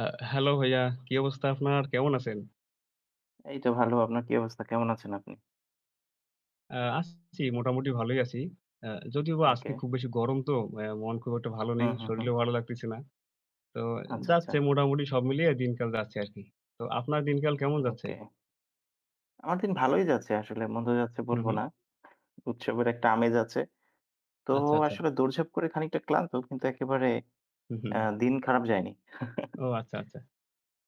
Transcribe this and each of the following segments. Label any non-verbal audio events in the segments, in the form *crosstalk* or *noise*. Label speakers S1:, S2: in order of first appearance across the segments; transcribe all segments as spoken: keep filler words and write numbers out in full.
S1: আ hello ভাইয়া, কি অবস্থা আপনার? কেমন আছেন?
S2: এইতো ভালো। আপনার কি অবস্থা? কেমন আছেন আপনি?
S1: আ আছি মোটামুটি ভালোই আছি। আ যদিওবা আজকে
S2: ওকে।
S1: খুব বেশি গরম তো অ্যা মন খুব একটা ভালো
S2: হুম,
S1: নেই।
S2: হুম, হুম।
S1: শরীরেও ভালো লাগতেছে না। তো
S2: আচ্ছা, আচ্ছা।
S1: যাচ্ছে মোটামুটি সব মিলিয়ে দিনকাল যাচ্ছে আরকি। তো আপনার দিনকাল কেমন যাচ্ছে?
S2: ওকে। আমার দিন ভালোই যাচ্ছে আসলে। মন্দ যাচ্ছে
S1: হুম,
S2: বলব
S1: হুম।
S2: না। উৎসবের একটা আমেজ আছে। তো
S1: আচ্ছা, আচ্ছা।
S2: আসলে দৌড়ঝাঁপ করে খানিকটা ক্লান্ত কিন্তু একেবারে
S1: হুম, হুম,
S2: আ
S1: হুম।
S2: দিন খারাপ যায়নি। *laughs*
S1: ও আচ্ছা, আচ্ছা।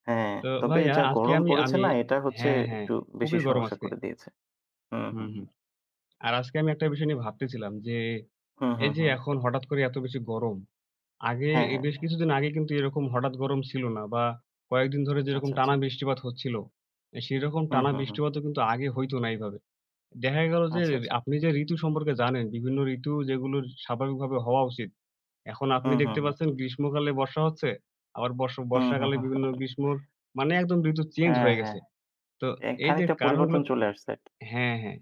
S2: হ্যাঁ,
S1: তো
S2: তবে
S1: ভাইয়া
S2: যা
S1: আজকে
S2: গরম
S1: আমি
S2: পড়েছে
S1: আমি
S2: না এটা হচ্ছে
S1: হ্যাঁ, হ্যাঁ,
S2: একটু বেশি
S1: খুবই গরম
S2: সমস্যা
S1: আজকে।
S2: করে দিয়েছে। হুম,
S1: হুম,
S2: হুম, হুম।
S1: হুম। আর আজকে আমি একটা বিষয় নিয়ে ভাবতেছিলাম যে
S2: হুম,
S1: এই
S2: হুম,
S1: যে
S2: হুম।
S1: এখন হঠাৎ করে এত বেশি গরম, আগে
S2: হ্যাঁ,
S1: এই
S2: হ্যাঁ।
S1: বেশ কিছুদিন আগে কিন্তু এরকম হঠাৎ গরম ছিল না, বা কয়েকদিন ধরে যেরকম
S2: আচ্ছা,
S1: টানা
S2: আচ্ছা।
S1: বৃষ্টিপাত হচ্ছিল, এ সেরকম
S2: হুম,
S1: টানা
S2: হুম, হুম।
S1: বৃষ্টিপাতও কিন্তু আগে হইতো না এইভাবে। দেখা গেল যে
S2: আচ্ছা, আচ্ছা।
S1: আপনি যে ঋতু সম্পর্কে জানেন, বিভিন্ন ঋতু যেগুলোর স্বাভাবিকভাবে হওয়া উচিত। এখন আপনি
S2: হুম, হুম,
S1: দেখতে
S2: হুম।
S1: পাচ্ছেন গ্রীষ্মকালে বর্ষা হচ্ছে, আবার বর্ষ
S2: হুম, হুম,
S1: বর্ষাকালে
S2: হুম।
S1: বিভিন্ন গ্রীষ্মর মানে একদম ঋতু চেঞ্জ
S2: হ্যাঁ,
S1: হয়ে
S2: হ্যাঁ।
S1: গেছে। তো
S2: এ
S1: এই যে
S2: খানিকটা
S1: কারণগুলো।
S2: পরিবর্তন চলে আসছে আরকি।
S1: হ্যাঁ, হ্যাঁ।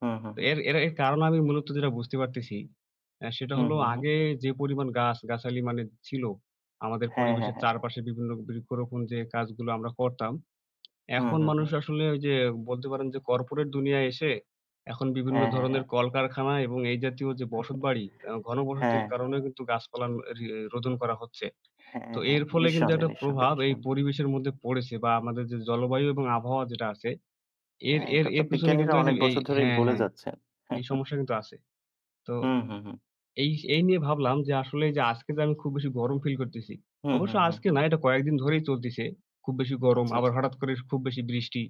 S2: হুম, হুম,
S1: তো
S2: হুম।
S1: এর এর এর কারণ আমি মূলত যেটা বুঝতে পারতেছি, অ্যা সেটা
S2: হুম,
S1: হলো
S2: হুম, হুম।
S1: আগে যে পরিমাণ গাছ-গাছালি মানে ছিল, আমাদের
S2: হ্যাঁ, হ্যাঁ,
S1: পরিবেশের
S2: হ্যাঁ।
S1: চারপাশে বিভিন্ন বৃক্ষরোপণ যে কাজগুলো আমরা করতাম,
S2: হুম,
S1: এখন
S2: হুম,
S1: মানুষ
S2: হুম।
S1: আসলে ওই যে বলতে পারেন যে কর্পোরেট দুনিয়ায় এসে এখন বিভিন্ন
S2: হ্যাঁ, হ্যাঁ,
S1: ধরনের
S2: হ্যাঁ।
S1: কলকারখানা এবং এই জাতীয় যে বসতবাড়ি, আ
S2: হ্যাঁ,
S1: ঘনবসতির কারণেও কিন্তু গাছপালা রি রোদন করা হচ্ছে।
S2: হ্যাঁ,
S1: তো
S2: হ্যাঁ। হ্যাঁ।
S1: এর ফলে কিন্তু
S2: নিঃসন্দেহে,
S1: একটা
S2: নিঃসন্দেহে,
S1: প্রভাব এই
S2: নিঃসন্দেহে।
S1: পরিবেশের মধ্যে পড়েছে, বা আমাদের যে জলবায়ু এবং আবহাওয়া যেটা আছে, এর
S2: হ্যাঁ,
S1: এর
S2: এটা তো
S1: এর পিছনে
S2: বিজ্ঞানীরা
S1: কিন্তু এই যে
S2: অনেক
S1: এই,
S2: বছর ধরেই
S1: হ্যাঁ,
S2: বলে
S1: হ্যাঁ,
S2: যাচ্ছেন।
S1: এই সমস্যা কিন্তু আছে। তো
S2: হুম, হুম, হুম।
S1: এই এই নিয়ে ভাবলাম যে আসলে যে আজকে যে আমি খুব বেশি গরম ফিল করতেছি।
S2: হুম,
S1: অবশ্য
S2: হুম, হুম,
S1: আজকে
S2: হুম।
S1: না, এটা কয়েকদিন ধরেই চলতেছে। খুব বেশি গরম,
S2: আচ্ছা,
S1: আবার
S2: আচ্ছা।
S1: হঠাৎ করে খুব বেশি বৃষ্টি।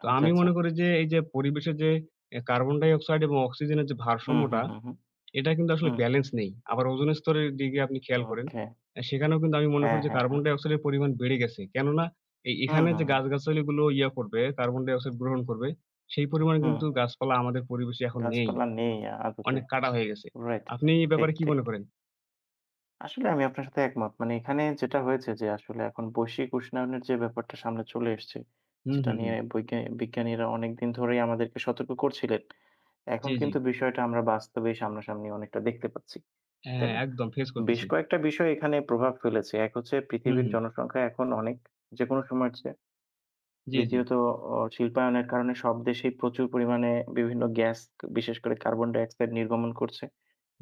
S1: তো
S2: আচ্ছা,
S1: আমি
S2: আচ্ছা।
S1: মনে করি যে এই যে পরিবেশে যে এ কার্বন ডাইঅক্সাইড এবং অক্সিজেনের যে
S2: হুম,
S1: ভারসাম্যটা,
S2: হুম, হুম, হুম।
S1: এটা কিন্তু আসলে
S2: হুম।
S1: ব্যালেন্স নেই। আবার ওজোন স্তরের দিকে আপনি খেয়াল করেন।
S2: ওকে।
S1: আ সেখানেও কিন্তু আমি মনে
S2: হ্যাঁ,
S1: করি যে
S2: হ্যাঁ,
S1: কার্বন
S2: হ্যাঁ।
S1: ডাইঅক্সাইডের পরিমাণ বেড়ে গেছে। কেননা এ
S2: হুম,
S1: এখানে
S2: হুম,
S1: যে
S2: হুম।
S1: গাছগাছালিগুলো ইয়া করবে, কার্বন ডাইঅক্সাইড গ্রহণ করবে, সেই পরিমাণে
S2: হুম।
S1: কিন্তু গাছপালা আমাদের পরিবেশে এখন নেই।
S2: গাছপালা নেই আদতে।
S1: অনেক কাটা হয়ে গেছে।
S2: রাইট।
S1: আপনি এই
S2: ঠিক,
S1: ব্যাপারে কি
S2: ঠিক।
S1: মনে করেন?
S2: আসলে আমি আপনার সাথে একমত। মানে এখানে যেটা হয়েছে যে আসলে এখন বৈশ্বিক উষ্ণায়নের যে ব্যাপারটা সামনে চলে এসছে,
S1: হুম,
S2: যেটা
S1: হুম,
S2: নিয়ে
S1: হুম।
S2: বৈজ্ঞা বিজ্ঞানীরা অনেকদিন ধরেই আমাদেরকে সতর্ক করছিলেন। এখন
S1: জি, জি।
S2: কিন্তু বিষয়টা আমরা বাস্তবে সামনাসামনি অনেকটা দেখতে পাচ্ছি। তাই
S1: হ্যাঁ,
S2: না?
S1: একদম ফেস
S2: বেশ
S1: করতেছি।
S2: কয়েকটা বিষয় এখানে প্রভাব ফেলেছে। এক হচ্ছে
S1: হুম,
S2: পৃথিবীর
S1: হুম।
S2: জনসংখ্যা এখন অনেক, যেকোনো সময়ের চেয়ে।
S1: জি, জি।
S2: দ্বিতীয়ত অ শিল্পায়নের কারণে সব দেশেই প্রচুর পরিমাণে বিভিন্ন গ্যাস, বিশেষ করে কার্বন ডাইঅক্সাইড নির্গমন করছে।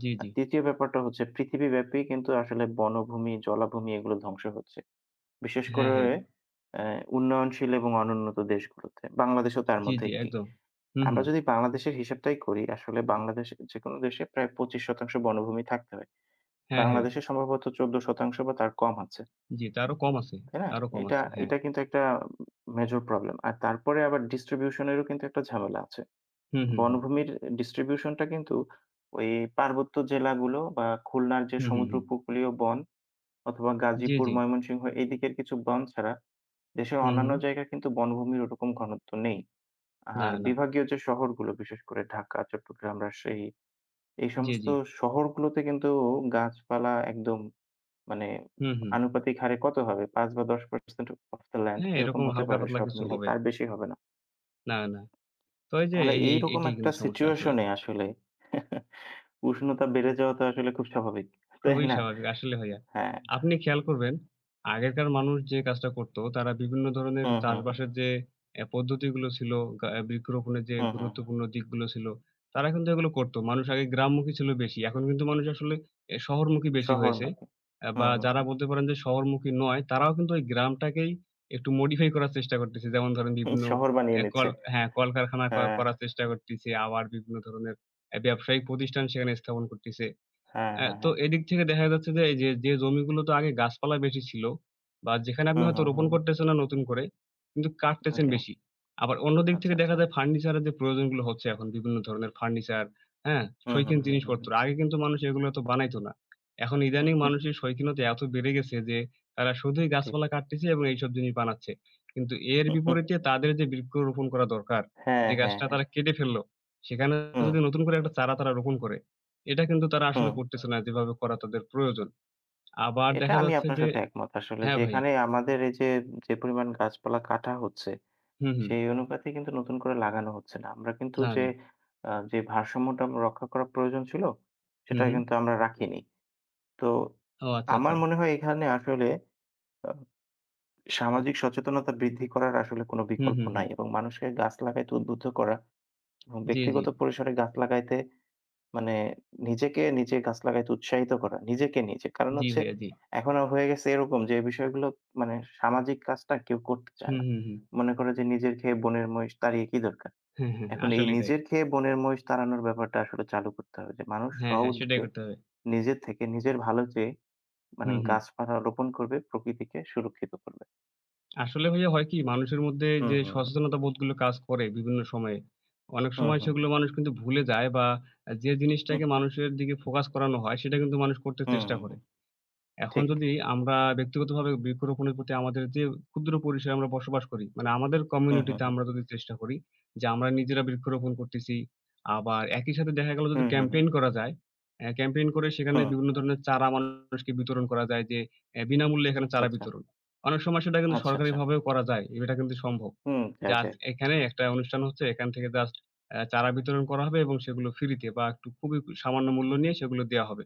S1: জি,
S2: আর
S1: জি।
S2: তৃতীয় ব্যাপারটা হচ্ছে পৃথিবীব্যাপী কিন্তু আসলে বনভূমি, জলাভূমি এগুলো ধ্বংস হচ্ছে। বিশেষ
S1: হ্যাঁ,
S2: করে
S1: হ্যাঁ।
S2: অ্যা উন্নয়নশীল এবং অনুন্নত দেশগুলোতে। বাংলাদেশও তার
S1: জি,
S2: মধ্যে
S1: জি,
S2: একটি।
S1: একদম। হুম,
S2: আমরা
S1: হুম।
S2: যদি বাংলাদেশের হিসাবটাই করি, আসলে বাংলাদেশে যেকোনো দেশে প্রায় পঁচিশ শতাংশ বনভূমি থাকতে হয়।
S1: হ্যাঁ, হ্যাঁ।
S2: বাংলাদেশে সম্ভবত চৌদ্দ শতাংশ বা তার কম আছে।
S1: জি, তারও কম আছে,
S2: তাই না?
S1: তারও কম
S2: এটা
S1: আছে। হ্যাঁ।
S2: এটা কিন্তু একটা মেজর প্রবলেম। আর তারপরে আবার ডিস্ট্রিবিউশন এরও কিন্তু একটা ঝামেলা আছে।
S1: হুম, হুম, হুম।
S2: বনভূমির ডিস্ট্রিবিউশন টা কিন্তু ওই পার্বত্য জেলাগুলো বা খুলনার যে
S1: হুম, হুম,
S2: সমুদ্র
S1: হুম।
S2: উপকূলীয় বন অথবা
S1: জি,
S2: গাজীপুর,
S1: জি।
S2: ময়মনসিংহ এদিকের কিছু বন ছাড়া দেশের
S1: হুম,
S2: অন্যান্য
S1: হুম।
S2: জায়গায় কিন্তু বনভূমির ওরকম ঘনত্ব নেই।
S1: না,
S2: আর
S1: না।
S2: বিভাগীয় যে শহরগুলো বিশেষ করে ঢাকা, চট্টগ্রাম, রাজশাহী এই
S1: জি,
S2: সমস্ত
S1: জি।
S2: শহরগুলোতে কিন্তু গাছপালা একদম মানে
S1: হুম, হুম।
S2: আনুপাতিক হারে কত হবে? পাঁচ বা দশ শতাংশ অফ দ্যা ল্যান্ড
S1: হ্যাঁ,
S2: এরকম
S1: এরকম
S2: হতে
S1: হালকা
S2: পারে
S1: পাতলা
S2: সব
S1: কিছু
S2: মিলিয়ে।
S1: হবে।
S2: তার বেশি হবে না।
S1: না, না। তো এই যে
S2: তাহলে
S1: এই এই
S2: এইরকম
S1: এইটাই
S2: একটা
S1: কিন্তু সমস্যা আসলে।
S2: সিচুয়েশন এ আসলে *laughs* উষ্ণতা বেড়ে যাওয়া তো আসলে খুব স্বাভাবিক। তাই
S1: খুবই
S2: না?
S1: স্বাভাবিক। আসলে ভাইয়া।
S2: হ্যাঁ।
S1: আপনি খেয়াল করবেন, আগেরকার মানুষ যে কাজটা করত, তারা বিভিন্ন ধরনের
S2: হুম, হুম, হুম।
S1: চাষবাসের যে অ্যা পদ্ধতিগুলো ছিল, গা আহ, বৃক্ষরোপণের যে
S2: হুম, হুম, হুম।
S1: গুরুত্বপূর্ণ দিকগুলো ছিল, তারা কিন্তু এগুলো করত। মানুষ আগে গ্রামমুখী ছিল বেশি। এখন কিন্তু মানুষ আসলে এ শহরমুখী বেশি হয়েছে।
S2: শহরমুখী।
S1: অ্যা
S2: হুম,
S1: বা
S2: হুম,
S1: যারা
S2: হুম।
S1: বলতে পারেন যে শহরমুখী নয়, তারাও কিন্তু ওই গ্রামটাকেই একটু modify করার চেষ্টা করতেছে। যেমন ধরেন
S2: হুম,
S1: বিভিন্ন
S2: শহর বানিয়ে
S1: অ্যা
S2: নিচ্ছে।
S1: কল হ্যাঁ, কলকারখানা ক
S2: হ্যাঁ,
S1: করার চেষ্টা করতেছে। আবার বিভিন্ন ধরনের অ্যা ব্যবসায়িক প্রতিষ্ঠান সেখানে স্থাপন করতেছে।
S2: হ্যাঁ,
S1: অ্যা
S2: হ্যাঁ,
S1: তো
S2: হ্যাঁ।
S1: এদিক থেকে দেখা যাচ্ছে যে এই যে, যে জমিগুলোতে আগে গাছপালা বেশি ছিল, বা যেখানে আপনি
S2: হুম,
S1: হয়তো
S2: হুম, হুম,
S1: রোপণ
S2: হুম।
S1: করতেছেন না নতুন করে, কিন্তু কাটতেছেন
S2: ওকে।
S1: বেশি। আবার অন্য দিক
S2: আচ্ছা,
S1: থেকে দেখা
S2: আচ্ছা।
S1: যায় ফার্নিচারের যে প্রয়োজনগুলো হচ্ছে, এখন বিভিন্ন ধরনের ফার্নিচার, হ্যাঁ?
S2: হুম, হুম,
S1: শৌখিন
S2: হুম, হুম,
S1: জিনিসপত্র।
S2: হুম।
S1: আগে কিন্তু মানুষ এগুলো এত বানাইতো না। এখন ইদানিং মানুষের শৌখিনতা এত বেড়ে গেছে যে তারা শুধুই
S2: ঠিক।
S1: গাছপালা কাটতেছে এবং এইসব জিনিস বানাচ্ছে। কিন্তু এর বিপরীতে তাদের যে বৃক্ষ রোপণ করা দরকার,
S2: হ্যাঁ,
S1: যে
S2: হ্যাঁ,
S1: গাছটা
S2: হ্যাঁ।
S1: তারা কেটে ফেলল, সেখানে
S2: হুম।
S1: যদি নতুন করে একটা চারা তারা রোপণ করে, এটা কিন্তু তারা আসলে
S2: হুম,
S1: করতেছে না যেভাবে করা তাদের প্রয়োজন। আবার
S2: এটা
S1: দেখা
S2: আমি
S1: যাচ্ছে
S2: আপনার
S1: যে,
S2: সাথে একমত আসলে
S1: হ্যাঁ
S2: যে
S1: ভাইয়া।
S2: এখানে আমাদের এই যে, যে পরিমাণ গাছপালা কাটা হচ্ছে,
S1: হুম, হুম।
S2: সেই অনুপাতে কিন্তু নতুন করে লাগানো হচ্ছে না। আমরা কিন্তু
S1: না,
S2: যে
S1: না।
S2: আ যে ভারসাম্যটা রক্ষা করা প্রয়োজন ছিল,
S1: হুম,
S2: সেটা
S1: হুম।
S2: কিন্তু আমরা রাখিনি। তো
S1: ও আচ্ছা,
S2: আমার
S1: আচ্ছা।
S2: মনে হয় এখানে আসলে আ সামাজিক সচেতনতা বৃদ্ধি করার আসলে কোনো
S1: হুম,
S2: বিকল্প
S1: হুম,
S2: নাই
S1: হুম।
S2: এবং মানুষকে গাছ লাগাইতে উদ্বুদ্ধ করা এবং
S1: জি, জি।
S2: ব্যক্তিগত পরিসরে গাছ লাগাইতে মানে নিজেকে নিজে গাছ লাগাইতে উৎসাহিত করা। নিজেকে নিজে। কারণ
S1: জি,
S2: হচ্ছে
S1: ভাইয়া জি।
S2: এখন আ হয়ে গেছে এরকম যে এই বিষয়গুলো মানে সামাজিক কাজটা কেউ করতে চায়
S1: হুম,
S2: না।
S1: হুম, হুম।
S2: মনে করে যে নিজের খেয়ে বনের মহিষ তাড়িয়ে কি দরকার?
S1: হ্যাঁ, হ্যাঁ, হ্যাঁ,
S2: এখন এই
S1: আসলেই তাই।
S2: নিজের খেয়ে বনের মহিষ তাড়ানোর ব্যাপারটা আসলে চালু করতে হবে যে মানুষ
S1: হ্যাঁ, হ্যাঁ, সেটাই
S2: স্ব-উদ্যোগে
S1: করতে হবে।
S2: নিজের থেকে নিজের ভালো চেয়ে মানে
S1: হুম, হুম।
S2: গাছপালা রোপণ করবে, প্রকৃতিকে সুরক্ষিত করবে।
S1: আসলে ভাইয়া হয় কি মানুষের মধ্যে
S2: হুম,
S1: যে
S2: হুম, হুম।
S1: সচেতনতা বোধগুলো কাজ করে বিভিন্ন সময়ে, অনেক
S2: হুম,
S1: সময়
S2: হুম,
S1: সেগুলো
S2: হুম।
S1: মানুষ কিন্তু ভুলে যায়, বা যে জিনিসটাকে মানুষের দিকে ফোকাস করানো হয় সেটা কিন্তু মানুষ করতে
S2: হুম,
S1: চেষ্টা
S2: হুম,
S1: করে।
S2: হুম।
S1: এখন
S2: ঠিক।
S1: যদি আমরা ব্যক্তিগতভাবে বৃক্ষরোপণের প্রতি আমাদের যে ক্ষুদ্র পরিসরে আমরা বসবাস করি, মানে আমাদের
S2: হুম, হুম,
S1: কমিউনিটিতে
S2: হুম।
S1: আমরা যদি চেষ্টা করি যে আমরা নিজেরা বৃক্ষরোপণ করতেছি। আবার একই সাথে দেখা গেল যদি
S2: হুম, হুম, হুম।
S1: ক্যাম্পেইন করা যায়, অ্যা ক্যাম্পেইন করে সেখানে
S2: হুম।
S1: বিভিন্ন ধরনের চারা মানুষকে বিতরণ করা যায় যে অ্যা বিনামূল্যে এখানে
S2: আচ্ছা,
S1: চারা
S2: আচ্ছা।
S1: বিতরণ। অনেক সময় সেটা কিন্তু
S2: আচ্ছা, আচ্ছা।
S1: সরকারিভাবেও করা যায়। এটা কিন্তু সম্ভব।
S2: হুম, যায়,
S1: জাস্ট
S2: যায়।
S1: এখানে একটা অনুষ্ঠান হচ্ছে, এখান থেকে জাস্ট অ্যা চারা বিতরণ করা হবে এবং সেগুলো ফ্রিতে বা একটু খুবই সামান্য মূল্য নিয়ে সেগুলো দেয়া হবে।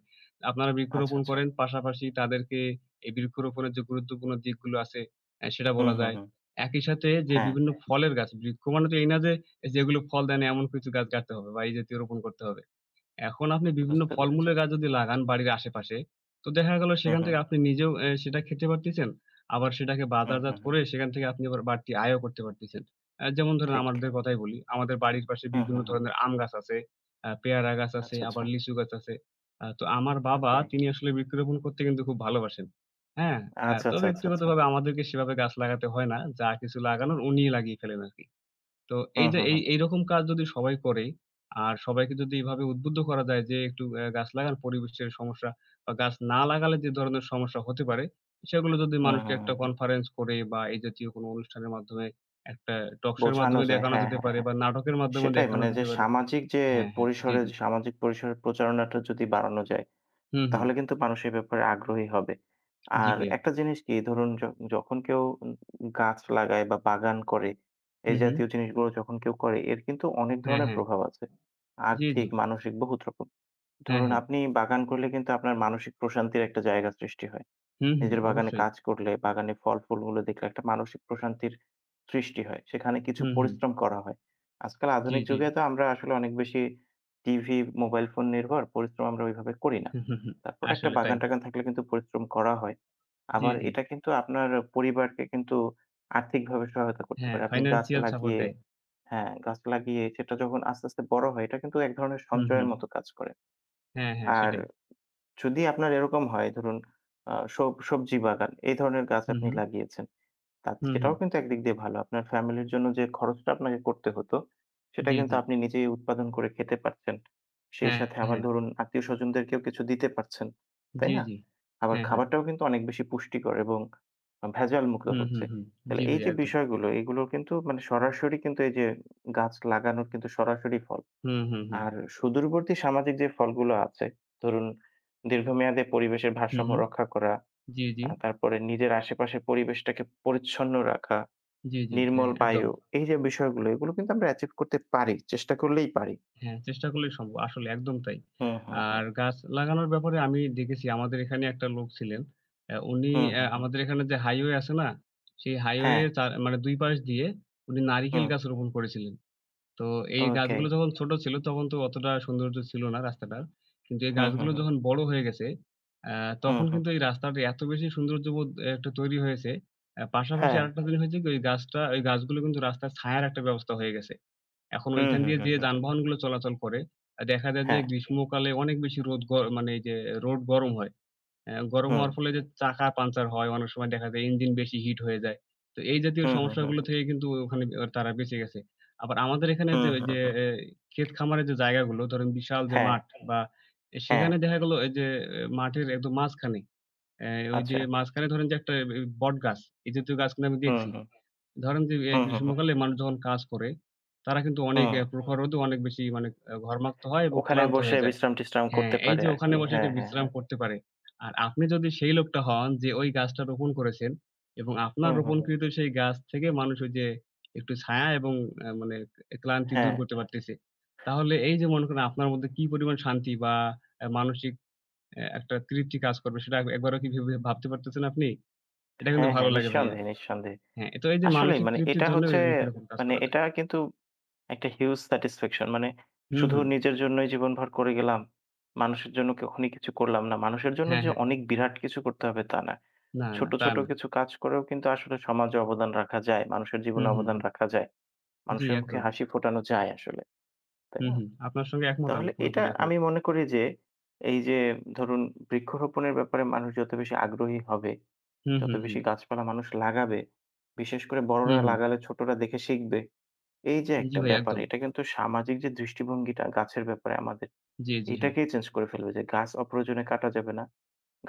S1: আপনারা
S2: আচ্ছা,
S1: বৃক্ষরোপণ
S2: আচ্ছা।
S1: করেন, পাশাপাশি তাদেরকে এই বৃক্ষরোপণের যে গুরুত্বপূর্ণ দিকগুলো আছে, অ্যা সেটা
S2: হুম,
S1: বলা
S2: হুম,
S1: যায়।
S2: হুম।
S1: একই সাথে যে
S2: হ্যাঁ,
S1: বিভিন্ন ফলের গাছ, বৃক্ষ মানে তো এই না যে যেগুলো ফল দেয় না এমন কিছু গাছ কাটতে হবে বা এই জাতীয় রোপণ করতে হবে। এখন আপনি বিভিন্ন
S2: বুঝতে পেরেছি।
S1: ফলমূলের গাছ যদি লাগান বাড়ির আশেপাশে, তো দেখা গেল
S2: হুম,
S1: সেখান
S2: হুম,
S1: থেকে আপনি নিজেও অ্যা সেটা খেতে পারতেছেন। আবার সেটাকে
S2: হুম, হুম,
S1: বাজারজাত
S2: হুম।
S1: করে সেখান থেকে আপনি আবার বাড়তি আয়ও করতে পারতেছেন। অ্যা যেমন ধরেন
S2: ঠিক।
S1: আমাদের কথাই বলি। আমাদের বাড়ির পাশে
S2: হুম,
S1: বিভিন্ন
S2: হুম, হুম।
S1: ধরনের আম গাছ আছে, আ পেয়ারা গাছ আছে,
S2: আচ্ছা, আচ্ছা।
S1: আবার লিচু গাছ আছে। আ তো আমার বাবা
S2: ওকে।
S1: তিনি আসলে বৃক্ষরোপণ করতে কিন্তু খুব ভালোবাসেন। হ্যাঁ? অ্যা
S2: আচ্ছা,
S1: তো আচ্ছা।
S2: আচ্ছা, আচ্ছা, আচ্ছা।
S1: ব্যক্তিগতভাবে আমাদেরকে সেভাবে গাছ লাগাতে হয় না। যা কিছু লাগানোর উনিই লাগিয়ে ফেলেন আরকি। তো এই
S2: হুম,
S1: যে
S2: হুম,
S1: এই
S2: হুম।
S1: এইরকম কাজ যদি সবাই করে, আর সবাইকে যদি এভাবে উদ্বুদ্ধ করা যায় যে একটু অ্যা গাছ লাগান, পরিবেশের সমস্যা বা গাছ না লাগালে যে ধরনের সমস্যা হতে পারে, সেগুলো যদি
S2: হুম,
S1: মানুষকে
S2: হুম,
S1: একটা
S2: হুম, হুম।
S1: কনফারেন্স করে বা এই জাতীয় কোনো অনুষ্ঠানের মাধ্যমে, একটা টক শো এর
S2: বোঝানো
S1: মাধ্যমে
S2: যায়।
S1: দেখানো
S2: হ্যাঁ,
S1: যেতে
S2: হ্যাঁ,
S1: পারে,
S2: হ্যাঁ।
S1: বা নাটকের মাধ্যমে
S2: সেটাই
S1: দেখানো
S2: মানে যে
S1: যেতে পারে।
S2: সামাজিক যে
S1: হ্যাঁ, হ্যাঁ। জি,
S2: পরিসরে
S1: জি।
S2: যে সামাজিক পরিসরের প্রচারণাটা যদি বাড়ানো যায়,
S1: হুম, হুম।
S2: তাহলে কিন্তু মানুষ এ ব্যাপারে আগ্রহী হবে।
S1: জি
S2: আর
S1: ভাইয়া।
S2: একটা জিনিস কি ধরুন য যখন কেউ উম গাছ লাগায় বা বাগান করে, এই
S1: হুম, হুম।
S2: জাতীয় জিনিসগুলো যখন কেউ করে এর কিন্তু অনেক
S1: হ্যাঁ,
S2: ধরনের
S1: হ্যাঁ।
S2: প্রভাব আছে।
S1: জি, জি।
S2: আর্থিক, মানসিক বহুত রকম।
S1: হ্যাঁ,
S2: ধরুন
S1: হ্যাঁ।
S2: আপনি বাগান করলে কিন্তু আপনার মানসিক প্রশান্তির একটা জায়গা সৃষ্টি হয়।
S1: হুম, হুম।
S2: নিজের বাগানে
S1: অবশ্যই।
S2: কাজ করলে, বাগানে ফল-ফুলগুলো দেখলে একটা মানসিক প্রশান্তির সৃষ্টি হয়। সেখানে কিছু
S1: হুম, হুম।
S2: পরিশ্রম করা হয়। আজকাল
S1: জি,
S2: আধুনিক
S1: জি।
S2: যুগে
S1: *laughs*
S2: তো আমরা আসলে অনেক বেশি টিভি, মোবাইল ফোন নির্ভর পরিশ্রম আমরা ওইভাবে করি না।
S1: হুম হুম হুম,
S2: তারপর একটা
S1: আসলে তাই।
S2: বাগান-টাগান থাকলে কিন্তু পরিশ্রম করা হয়।
S1: জি,
S2: আবার
S1: জি।
S2: এটা কিন্তু আপনার পরিবারকে কিন্তু আর্থিকভাবে সহায়তা করতে
S1: হ্যাঁ,
S2: পারে। আপনি গাছ
S1: ফাইন্যান্সিয়াল সাপোর্ট
S2: লাগিয়ে
S1: দেয়।
S2: হ্যাঁ, গাছ লাগিয়ে সেটা যখন আস্তে, আস্তে বড় হয় এটা কিন্তু এক ধরনের
S1: হুম, হুম।
S2: সঞ্চয়ের মতো কাজ করে।
S1: হ্যাঁ, হ্যাঁ
S2: আর
S1: সেটাই।
S2: যদি আপনার এরকম হয় ধরুন আ সব সবজি বাগান এই ধরনের গাছ
S1: হুম,
S2: আপনি
S1: হুম।
S2: লাগিয়েছেন। তা
S1: হুম, হুম।
S2: সেটাও কিন্তু একদিক দিয়ে ভালো। আপনার ফ্যামিলির জন্য যে খরচটা আপনাকে করতে হতো, সেটা
S1: জি,
S2: কিন্তু
S1: জি।
S2: আপনি নিজেই উৎপাদন করে খেতে পারছেন। সেই
S1: হ্যাঁ,
S2: সাথে আবার
S1: হ্যাঁ।
S2: ধরুন আত্মীয়স্বজনদেরকেও কিছু দিতে পারছেন। তাই
S1: জি,
S2: না?
S1: জি।
S2: আবার
S1: হ্যাঁ, হ্যাঁ।
S2: খাবারটাও কিন্তু অনেক বেশি পুষ্টিকর এবং আ ভেজাল মুক্ত
S1: হুম, হুম,
S2: হচ্ছে।
S1: হুম।
S2: তাহলে
S1: জি
S2: এই
S1: ভাই
S2: যে
S1: একদম।
S2: বিষয়গুলো, এগুলো কিন্তু মানে সরাসরি কিন্তু এই যে গাছ লাগানোর কিন্তু সরাসরি ফল।
S1: হুম, হুম, হুম।
S2: আর সুদূরবর্তী সামাজিক যে ফলগুলো আছে, ধরুন দীর্ঘমেয়াদে পরিবেশের
S1: হুম,
S2: ভারসাম্য
S1: হুম।
S2: রক্ষা করা,
S1: জি, জি।
S2: আ তারপরে নিজের আশেপাশের পরিবেশটাকে পরিচ্ছন্ন রাখা,
S1: জি, জি।
S2: নির্মল
S1: হ্যাঁ, একদম।
S2: বায়ু, এই যে বিষয়গুলো এগুলো কিন্তু আমরা অ্যাচিভ করতে পারি। চেষ্টা করলেই পারি।
S1: হ্যাঁ, চেষ্টা করলেই সম্ভব। আসলে একদম তাই।
S2: হুম, হুম, হুম।
S1: আর গাছ লাগানোর ব্যাপারে আমি দেখেছি আমাদের এখানে একটা লোক ছিলেন। অ্যা উনি
S2: হুম,
S1: অ্যা
S2: হুম, হুম।
S1: আমাদের এখানে যে হাইওয়ে আছে না? সেই হাইওয়ে
S2: হ্যাঁ,
S1: চার মানে দুই পাশ দিয়ে উনি নারিকেল
S2: হুম।
S1: গাছ রোপণ করেছিলেন। তো এই
S2: ওকে।
S1: গাছগুলো যখন ছোট ছিল, তখন তো অতটা সৌন্দর্য ছিল না রাস্তাটার। কিন্তু এই
S2: হুম, হুম,
S1: গাছগুলো
S2: হুম।
S1: যখন বড় হয়ে গেছে, আ
S2: হুম,
S1: তখন
S2: হুম।
S1: কিন্তু এই রাস্তাটা এত বেশি সৌন্দর্যবোধ একটা তৈরি হয়েছে। আ পাশাপাশি
S2: হ্যাঁ।
S1: আরেকটা জিনিস হয়েছে কি, ওই গাছটা ওই গাছগুলো কিন্তু রাস্তার ছায়ার একটা ব্যবস্থা হয়ে গেছে। এখন
S2: হুম,
S1: ঐখান
S2: হুম,
S1: দিয়ে
S2: হুম,
S1: যে
S2: হুম, হুম।
S1: যানবাহনগুলো চলাচল করে, আ দেখা যায় যে
S2: হ্যাঁ।
S1: গ্রীষ্মকালে অনেক বেশি রোদ, গ মানে এই যে রোড গরম হয়। অ্যা গরম
S2: হুম।
S1: হওয়ার ফলে যে চাকা পাংচার হয়, অনেক সময় দেখা যায় ইঞ্জিন বেশি হিট হয়ে যায়। তো এই জাতীয়
S2: হুম, হুম, হুম,
S1: সমস্যাগুলো
S2: হুম।
S1: থেকে কিন্তু ওখানে অ তারা বেঁচে গেছে। আবার আমাদের এখানে
S2: হুম,
S1: যে ওই
S2: হুম,
S1: যে
S2: হুম।
S1: এ ক্ষেত খামারের যে জায়গাগুলো ধরেন বিশাল যে
S2: হ্যাঁ,
S1: মাঠ, হুম। বা এ
S2: হ্যাঁ।
S1: সেখানে দেখা গেল এই যে এ মাঠের একদম মাঝখানে, অ্যা ওই
S2: আচ্ছা।
S1: যে মাঝখানে ধরেন যে একটা এ বটগাছ, এই জাতীয় গাছ কিন্তু আমি
S2: হুম,
S1: দেখছি।
S2: হুম।
S1: ধরেন যে এ
S2: হুম, হুম, হুম।
S1: গ্রীষ্মকালে মানুষ যখন কাজ করে, তারা কিন্তু অনেক,
S2: হুম।
S1: অ্যা হুম। প্রখর রোদে অনেক বেশি মানে অ্যা ঘর্মাক্ত হয় এবং
S2: ওখানে
S1: ক্লান্ত
S2: বসে
S1: হয়ে যায়।
S2: বিশ্রাম-টিশ্রাম
S1: হ্যাঁ,
S2: করতে
S1: এই
S2: পারে
S1: যে
S2: আরকি।
S1: ওখানে বসে
S2: হ্যাঁ,
S1: একটা
S2: হ্যাঁ,
S1: বিশ্রাম
S2: হ্যাঁ।
S1: করতে পারে। আর আপনি যদি সেই লোকটা হন যে ওই গাছটা রোপণ করেছেন এবং আপনার
S2: হুম, হুম, হুম।
S1: রোপণকৃত সেই গাছ থেকে মানুষ ওই যে একটু ছায়া এবং আ মানে এ ক্লান্তি দূর
S2: হ্যাঁ।
S1: করতে পারতেছে। তাহলে এই যে মনে করেন আপনার মধ্যে কি পরিমাণ শান্তি বা আ মানসিক অ্যা একটা তৃপ্তি কাজ করবে, সেটা এক- একবারও কি ভেবে ভাবতে পারতেছেন আপনি? এটা কিন্তু
S2: হ্যাঁ,
S1: ভালো
S2: হ্যাঁ,
S1: লাগে ভাইয়া।
S2: নিঃসন্দেহে, নিঃসন্দেহে।
S1: হ্যাঁ, তো এই যে
S2: আসলেই
S1: মানসিক
S2: মানে
S1: তৃপ্তির
S2: এটা
S1: জন্য
S2: হচ্ছে
S1: এই বৃক্ষরোপণ কাজ
S2: মানে
S1: করা যায়।
S2: এটা কিন্তু একটা হিউজ স্যাটিসফ্যাকশন। মানে
S1: হুম,
S2: শুধু
S1: হুম।
S2: নিজের জন্যই জীবনভর করে গেলাম। মানুষের জন্য কখনই কিছু করলাম না। মানুষের জন্য
S1: হ্যাঁ,
S2: যে
S1: হ্যাঁ।
S2: অনেক বিরাট কিছু করতে হবে তা না।
S1: না, না,
S2: ছোট,
S1: তা
S2: ছোট
S1: না।
S2: কিছু কাজ করেও কিন্তু আসলে সমাজে অবদান রাখা যায়। মানুষের
S1: হুম,
S2: জীবনে
S1: হুম,
S2: অবদান
S1: হুম।
S2: রাখা যায়।
S1: জি,
S2: মানুষের মুখে
S1: একদম।
S2: হাসি ফোটানো যায় আসলে। তাই
S1: হুম,
S2: না?
S1: হুম। আপনার সঙ্গে একমত আমি,
S2: তাহলে এটা
S1: পুরোপুরি একমত।
S2: আমি মনে করি যে, এই যে ধরুন বৃক্ষরোপণের ব্যাপারে মানুষ যত বেশি আগ্রহী হবে,
S1: হুম,
S2: যত
S1: হুম,
S2: বেশি
S1: হুম।
S2: গাছপালা মানুষ লাগাবে, বিশেষ করে
S1: হুম,
S2: বড়রা
S1: হুম।
S2: লাগালে ছোটরা দেখে শিখবে। এই যে
S1: জি
S2: একটা
S1: ভাই
S2: ব্যাপার,
S1: একদম।
S2: এটা কিন্তু সামাজিক যে দৃষ্টিভঙ্গিটা গাছের ব্যাপারে আমাদের,
S1: জি, জি, হ্যাঁ।
S2: এটাকেই চেঞ্জ করে ফেলবে যে গাছ অপ্রয়োজনে কাটা যাবে না।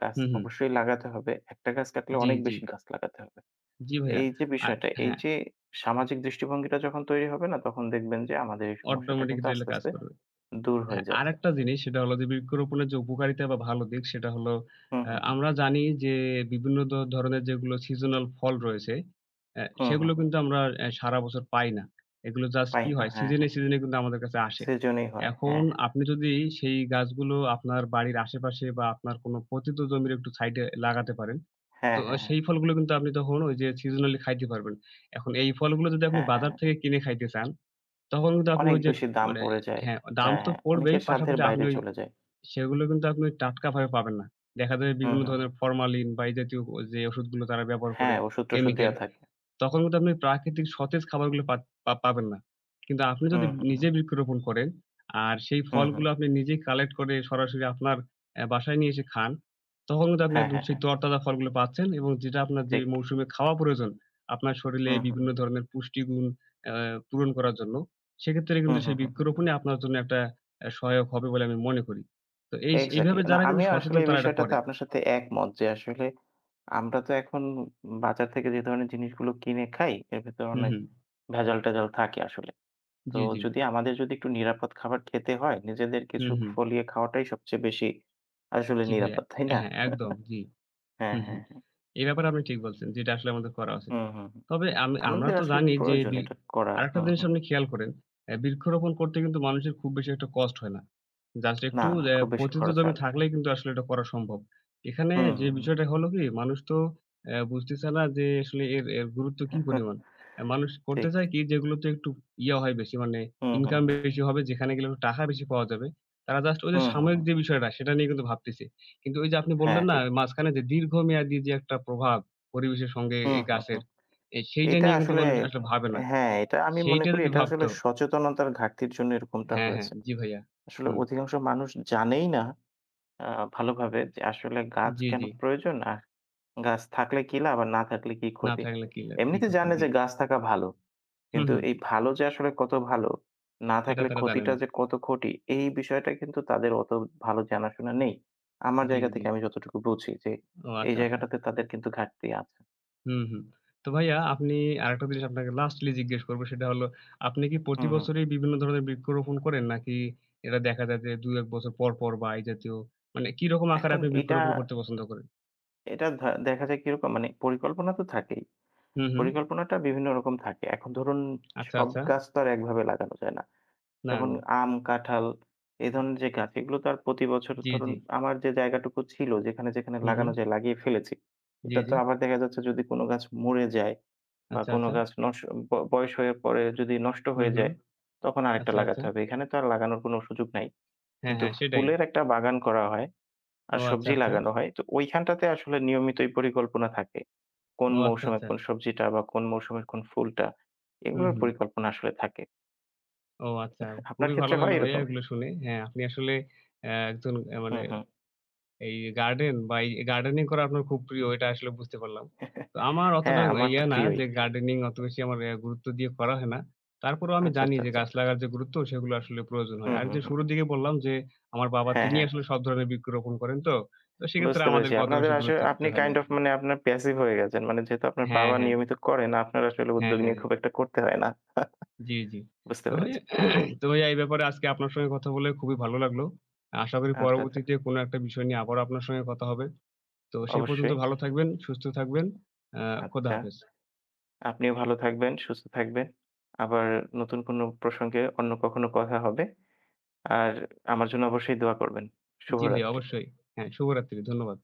S2: গাছ
S1: হুম, হুম।
S2: অবশ্যই লাগাতে হবে। একটা গাছ কাটলে
S1: জি,
S2: অনেক
S1: জি।
S2: বেশি গাছ লাগাতে হবে।
S1: জি ভাইয়া।
S2: এই যে
S1: আর
S2: বিষয়টা, এই
S1: হ্যাঁ,
S2: যে সামাজিক দৃষ্টিভঙ্গিটা যখন তৈরি হবে না, তখন দেখবেন যে আমাদের এই সমস্যাটা
S1: অটোমেটিক
S2: কিন্তু
S1: ডেলে
S2: আস্তে,
S1: কাজ
S2: আস্তে
S1: করবে।
S2: দূর হয়ে
S1: হ্যাঁ,
S2: যাচ্ছে।
S1: আরেকটা জিনিস সেটা হলো যে বৃক্ষরোপণের যে উপকারিতা বা ভালো দিক, সেটা হলো
S2: হুম,
S1: আ
S2: হুম, হুম।
S1: আমরা জানি যে বিভিন্ন ধ ধরনের যেগুলো সিজনাল ফল রয়েছে, অ্যা
S2: হুম, হুম,
S1: সেগুলো
S2: হুম।
S1: কিন্তু আমরা অ্যা সারা বছর পাই না। এগুলো জাস্ট
S2: পাই
S1: কি
S2: না।
S1: হয়,
S2: হ্যাঁ,
S1: সিজনে,
S2: হ্যাঁ।
S1: সিজনে কিন্তু আমাদের কাছে আসে।
S2: সেজন্যই হয়।
S1: এখন
S2: হ্যাঁ, হ্যাঁ।
S1: আপনি যদি সেই গাছগুলো আপনার বাড়ির আশেপাশে বা আপনার কোনো পতিত জমির একটু সাইডে লাগাতে পারেন, তো
S2: হ্যাঁ,
S1: আ
S2: হ্যাঁ, হ্যাঁ।
S1: সেই ফলগুলো কিন্তু আপনি তখন ওই যে seasonally খাইতে পারবেন। এখন এই ফলগুলো যদি আপনি
S2: হ্যাঁ, হ্যাঁ,
S1: বাজার
S2: হ্যাঁ।
S1: থেকে কিনে খাইতে চান, তখন কিন্তু আপনি
S2: অনেক
S1: ওই যে
S2: বেশি দাম
S1: মানে,
S2: পড়ে যায়।
S1: হ্যাঁ, দাম
S2: হ্যাঁ,
S1: তো
S2: হ্যাঁ।
S1: পড়বেই,
S2: অনেকের সাধ্যের
S1: পাশাপাশি আপনি
S2: বাইরে
S1: ওই
S2: চলে যায়।
S1: সেগুলো কিন্তু আপনি টাটকা ভাবে পাবেন না। দেখা যায়
S2: হুম,
S1: বিভিন্ন
S2: হুম,
S1: ধরনের
S2: হুম।
S1: ফরমালিন বা এই জাতীয় ও যে ওষুধগুলো তারা ব্যবহার করে,
S2: হ্যাঁ, ওষুধ-টষুধ দেয়া
S1: কেমিক্যাল।
S2: থাকে।
S1: তখন কিন্তু আপনি প্রাকৃতিক সতেজ খাবারগুলো পাত পা পাবেন না। কিন্তু আপনি যদি
S2: হুম, হুম, হুম।
S1: নিজে বৃক্ষরোপণ করেন, আর সেই
S2: হুম, হুম।
S1: ফলগুলো আপনি নিজেই কালেক্ট করে সরাসরি আপনার অ্যা বাসায় নিয়ে এসে খান, তখন কিন্তু আপনি
S2: হ্যাঁ,
S1: একদম
S2: হ্যাঁ,
S1: সেই
S2: হ্যাঁ।
S1: তরতাজা ফলগুলো পাচ্ছেন এবং যেটা আপনার যে
S2: ঠিক।
S1: মৌসুমে খাওয়া প্রয়োজন, আপনার শরীরে
S2: হুম, হুম,
S1: বিভিন্ন
S2: হুম।
S1: ধরনের পুষ্টিগুণ অ্যা পূরণ করার জন্য, সেক্ষেত্রে
S2: হুম,
S1: কিন্তু
S2: হুম,
S1: সেই
S2: হুম, হুম।
S1: বৃক্ষরোপণই আপনার জন্য একটা অ্যা সহায়ক হবে বলে আমি মনে করি। তো এইস
S2: এক্সাক্টলি।
S1: এইভাবে
S2: না
S1: যারা কিন্তু
S2: আমিও আসলে
S1: সচেতন
S2: এই
S1: তারা এটা
S2: বিষয়টাতে
S1: করে।
S2: আপনার সাথে একমত যে আসলে আমরা তো এখন বাজার থেকে যে ধরনের জিনিসগুলো কিনে খাই, এর ভেতরে
S1: হুম,
S2: অনেক
S1: হুম।
S2: ভেজাল-টেজাল থাকে আসলে। তো
S1: জি, জি।
S2: যদি আমাদের যদি একটু নিরাপদ খাবার খেতে হয়, নিজেদের কিছু
S1: হুম, হুম।
S2: ফলিয়ে খাওয়াটাই সবচেয়ে বেশি আসলে
S1: জি ভাইয়া।
S2: নিরাপদ, তাই না?
S1: হ্যাঁ, একদম। জি।
S2: হ্যাঁ,
S1: হুম,
S2: হ্যাঁ,
S1: হুম।
S2: হ্যাঁ।
S1: এই ব্যাপারে আপনি ঠিক বলছেন। যেটা আসলে আমাদের করা উচিত।
S2: হুম, হুম, হুম।
S1: তবে আমি আমরা
S2: আমাদের
S1: তো
S2: আসলে
S1: জানি যে
S2: প্রয়োজন
S1: বি
S2: এটা করা।
S1: আরেকটা
S2: হুম,
S1: জিনিস
S2: হুম।
S1: আপনি খেয়াল করেন, অ্যা বৃক্ষরোপণ করতে কিন্তু মানুষের খুব বেশি একটা কষ্ট হয় না। জাস্ট
S2: না,
S1: একটু
S2: না,
S1: অ্যা
S2: খুব বেশি
S1: পতিত
S2: খরচ হয়
S1: জমি
S2: না।
S1: থাকলেই কিন্তু আসলে এটা করা সম্ভব। এখানে
S2: হুম,
S1: যে
S2: হুম, হুম।
S1: বিষয়টা হলো কি, মানুষ তো অ্যা বুঝতেছে না যে আসলে এর, এর গুরুত্ব কি পরিমাণ। অ্যা মানুষ
S2: *laughs*
S1: করতে
S2: ঠিক।
S1: চায় কি যেগুলোতে একটু ইয়া হয় বেশি, মানে
S2: হুম, হুম,
S1: ইনকাম
S2: হুম।
S1: বেশি হবে, যেখানে গেলে একটু টাকা বেশি পাওয়া যাবে। তারা জাস্ট ওই যে
S2: হুম, হুম,
S1: সাময়িক
S2: হুম।
S1: যে বিষয়টা সেটা নিয়ে কিন্তু ভাবতেছে। কিন্তু ওই যে আপনি
S2: হ্যাঁ,
S1: বললেন না
S2: ঠিক।
S1: মাঝখানে যে দীর্ঘমেয়াদী যে একটা প্রভাব পরিবেশের সঙ্গে
S2: হুম,
S1: এই
S2: হুম,
S1: গাছের,
S2: হুম।
S1: এ সেইটা
S2: এটা
S1: নিয়ে কিন্তু
S2: আসলে
S1: মানুষ আসলে ভাবে না।
S2: হ্যাঁ, এটা আমি মনে
S1: সেইটা
S2: করি
S1: যদি
S2: এটা আসলে
S1: ভাবতো।
S2: সচেতনতার ঘাটতির জন্য এরকমটা
S1: হ্যাঁ, হ্যাঁ।
S2: হয়েছে।
S1: জি ভাইয়া।
S2: আসলে
S1: হুম।
S2: অধিকাংশ মানুষ জানেই না আ ভালোভাবে যে আসলে গাছ
S1: জি,
S2: কেন
S1: জি।
S2: প্রয়োজন? আর গাছ থাকলে কি লাভ আর না থাকলে কি
S1: না
S2: ক্ষতি?
S1: থাকলে কি লা কি
S2: এমনিতে
S1: ক্ষতি?
S2: জানে
S1: জি।
S2: যে গাছ থাকা ভালো।
S1: হুম,
S2: কিন্তু
S1: হুম।
S2: এই ভালো যে আসলে কত ভালো, না
S1: সেটা
S2: থাকলে
S1: তারা জানে
S2: ক্ষতিটা
S1: না।
S2: যে কত ক্ষতি, এই বিষয়টা কিন্তু তাদের অত ভালো জানাশোনা নেই। আমার
S1: জি,
S2: জায়গা
S1: জি।
S2: থেকে আমি যতটুকু বুঝি যে
S1: ও
S2: এই
S1: আচ্ছা, আচ্ছা।
S2: জায়গাটাতে তাদের কিন্তু ঘাটতি আছে।
S1: হুম, হুম। তো ভাইয়া আপনি, আরেকটা জিনিস আপনাকে লাস্টলি জিজ্ঞেস করব, সেটা হলো আপনি কি প্রতি
S2: হুম, হুম।
S1: বছরই বিভিন্ন ধরনের বৃক্ষরোপণ করেন? নাকি এটা দেখা যায় যে দুই এক বছর পর, পর বা এই জাতীয়, মানে কিরকম আকারে
S2: এখন
S1: আপনি
S2: এটা
S1: বৃক্ষরোপণ করতে পছন্দ করেন?
S2: এটা ধা দেখা যায় কিরকম মানে পরিকল্পনা তো থাকেই।
S1: হুম, হুম।
S2: পরিকল্পনাটা বিভিন্ন রকম থাকে। এখন ধরুন
S1: আচ্ছা,
S2: সব
S1: আচ্ছা।
S2: গাছ তো আর একভাবে লাগানো যায় না।
S1: না,
S2: যেমন
S1: না।
S2: আম, কাঁঠাল এই ধরনের যে গাছ এগুলো তো আর প্রতি বছর
S1: জি,
S2: ধরুন
S1: জি।
S2: আমার যে জায়গাটুকু ছিল যেখানে, যেখানে
S1: হুম, হুম।
S2: লাগানো যায় লাগিয়ে ফেলেছি।
S1: জি,
S2: এটা তো
S1: জি।
S2: আবার দেখা যাচ্ছে যদি কোনো গাছ মরে যায় বা
S1: আচ্ছা,
S2: কোনো
S1: আচ্ছা।
S2: গাছ নস ব বয়স হয়ে পরে যদি নষ্ট
S1: হুম,
S2: হয়ে
S1: হুম।
S2: যায় তখন আরেকটা
S1: আচ্ছা,
S2: লাগাতে
S1: আচ্ছা।
S2: হবে। এখানে তো আর লাগানোর কোনো সুযোগ নাই।
S1: হ্যাঁ,
S2: কিন্তু
S1: হ্যাঁ সেটাই।
S2: ফুলের একটা বাগান করা হয় আর
S1: ও আচ্ছা,
S2: সবজি
S1: আচ্ছা।
S2: লাগানো হয়। তো ওইখানটাতে আসলে নিয়মিতই পরিকল্পনা থাকে। কোন
S1: ও আচ্ছা,
S2: মৌসুমে
S1: আচ্ছা।
S2: কোন সবজিটা বা কোন মৌসুমের কোন ফুলটা
S1: হুম,
S2: এগুলোর
S1: হুম।
S2: পরিকল্পনা আসলে থাকে।
S1: ও আচ্ছা।
S2: আপনার
S1: খুবই ভালো
S2: ক্ষেত্রে হয়
S1: লাগলো ভাইয়া
S2: এরকম?
S1: এগুলো শুনে। হ্যাঁ, আপনি আসলে অ্যা একজন, অ্যা
S2: হু,
S1: মানে
S2: হু।
S1: এই গার্ডেন বা এই গার্ডেনিং করা আপনার খুব প্রিয়, এটা আসলে বুঝতে পারলাম। তো আমার
S2: হ্যাঁ,
S1: অতটা
S2: আমার তো
S1: ইয়া না,
S2: প্রিয়ই।
S1: যে গার্ডেনিং অত বেশি আমার অ্যা গুরুত্ব দিয়ে করা হয় না। তারপরেও আমি
S2: আচ্ছা,
S1: জানি
S2: আচ্ছা,
S1: যে
S2: আচ্ছা।
S1: গাছ লাগার যে গুরুত্ব সেগুলো আসলে প্রয়োজন হয়।
S2: হুম,
S1: আর
S2: হুম,
S1: যে
S2: হুম।
S1: শুরুর
S2: হুম।
S1: দিকে বললাম যে আমার বাবা
S2: হ্যাঁ,
S1: তিনি
S2: হ্যাঁ।
S1: আসলে সব ধরনের বৃক্ষরোপণ করেন তো। তো সেক্ষেত্রে
S2: বুঝতে পেরেছি।
S1: আমাদেরকে অত
S2: আপনাদের
S1: বেশি
S2: আসলে
S1: গুরুত্ব
S2: আপনি
S1: দিতে হয় না।
S2: কাইন্ড অফ মানে আপনার প্যাসিভ হয়ে গেছেন। মানে যেহেতু আপনার
S1: হ্যাঁ,
S2: বাবা
S1: হ্যাঁ,
S2: নিয়মিত করেন, আপনার আসলে
S1: হ্যাঁ,
S2: উদ্যোগ
S1: হ্যাঁ,
S2: নিয়ে
S1: হ্যাঁ।
S2: খুব একটা করতে হয় না। *laughs*
S1: জি, জি।
S2: বুঝতে
S1: তো ভাইয়া
S2: পেরেছি।
S1: *clears throat* তো ভাইয়া এই ব্যাপারে আজকে আপনার সঙ্গে কথা বলে খুবই ভালো লাগলো। আশা করি
S2: আচ্ছা, আচ্ছা।
S1: পরবর্তীতে কোনো একটা বিষয় নিয়ে আবারও আপনার সঙ্গে কথা হবে। তো সেই পর্যন্ত
S2: অবশ্যই।
S1: ভালো থাকবেন, সুস্থ থাকবেন। আ খোদা
S2: আচ্ছা।
S1: হাফেজ।
S2: আপনিও ভালো থাকবেন, সুস্থ থাকবেন। আবার নতুন কোনো প্রসঙ্গে অন্য কখনো কথা হবে। আর আমার জন্য অবশ্যই দোয়া করবেন।
S1: জি ভাইয়া
S2: শুভরাত্রি।
S1: অবশ্যই। হ্যাঁ, শুভরাত্রি। ধন্যবাদ।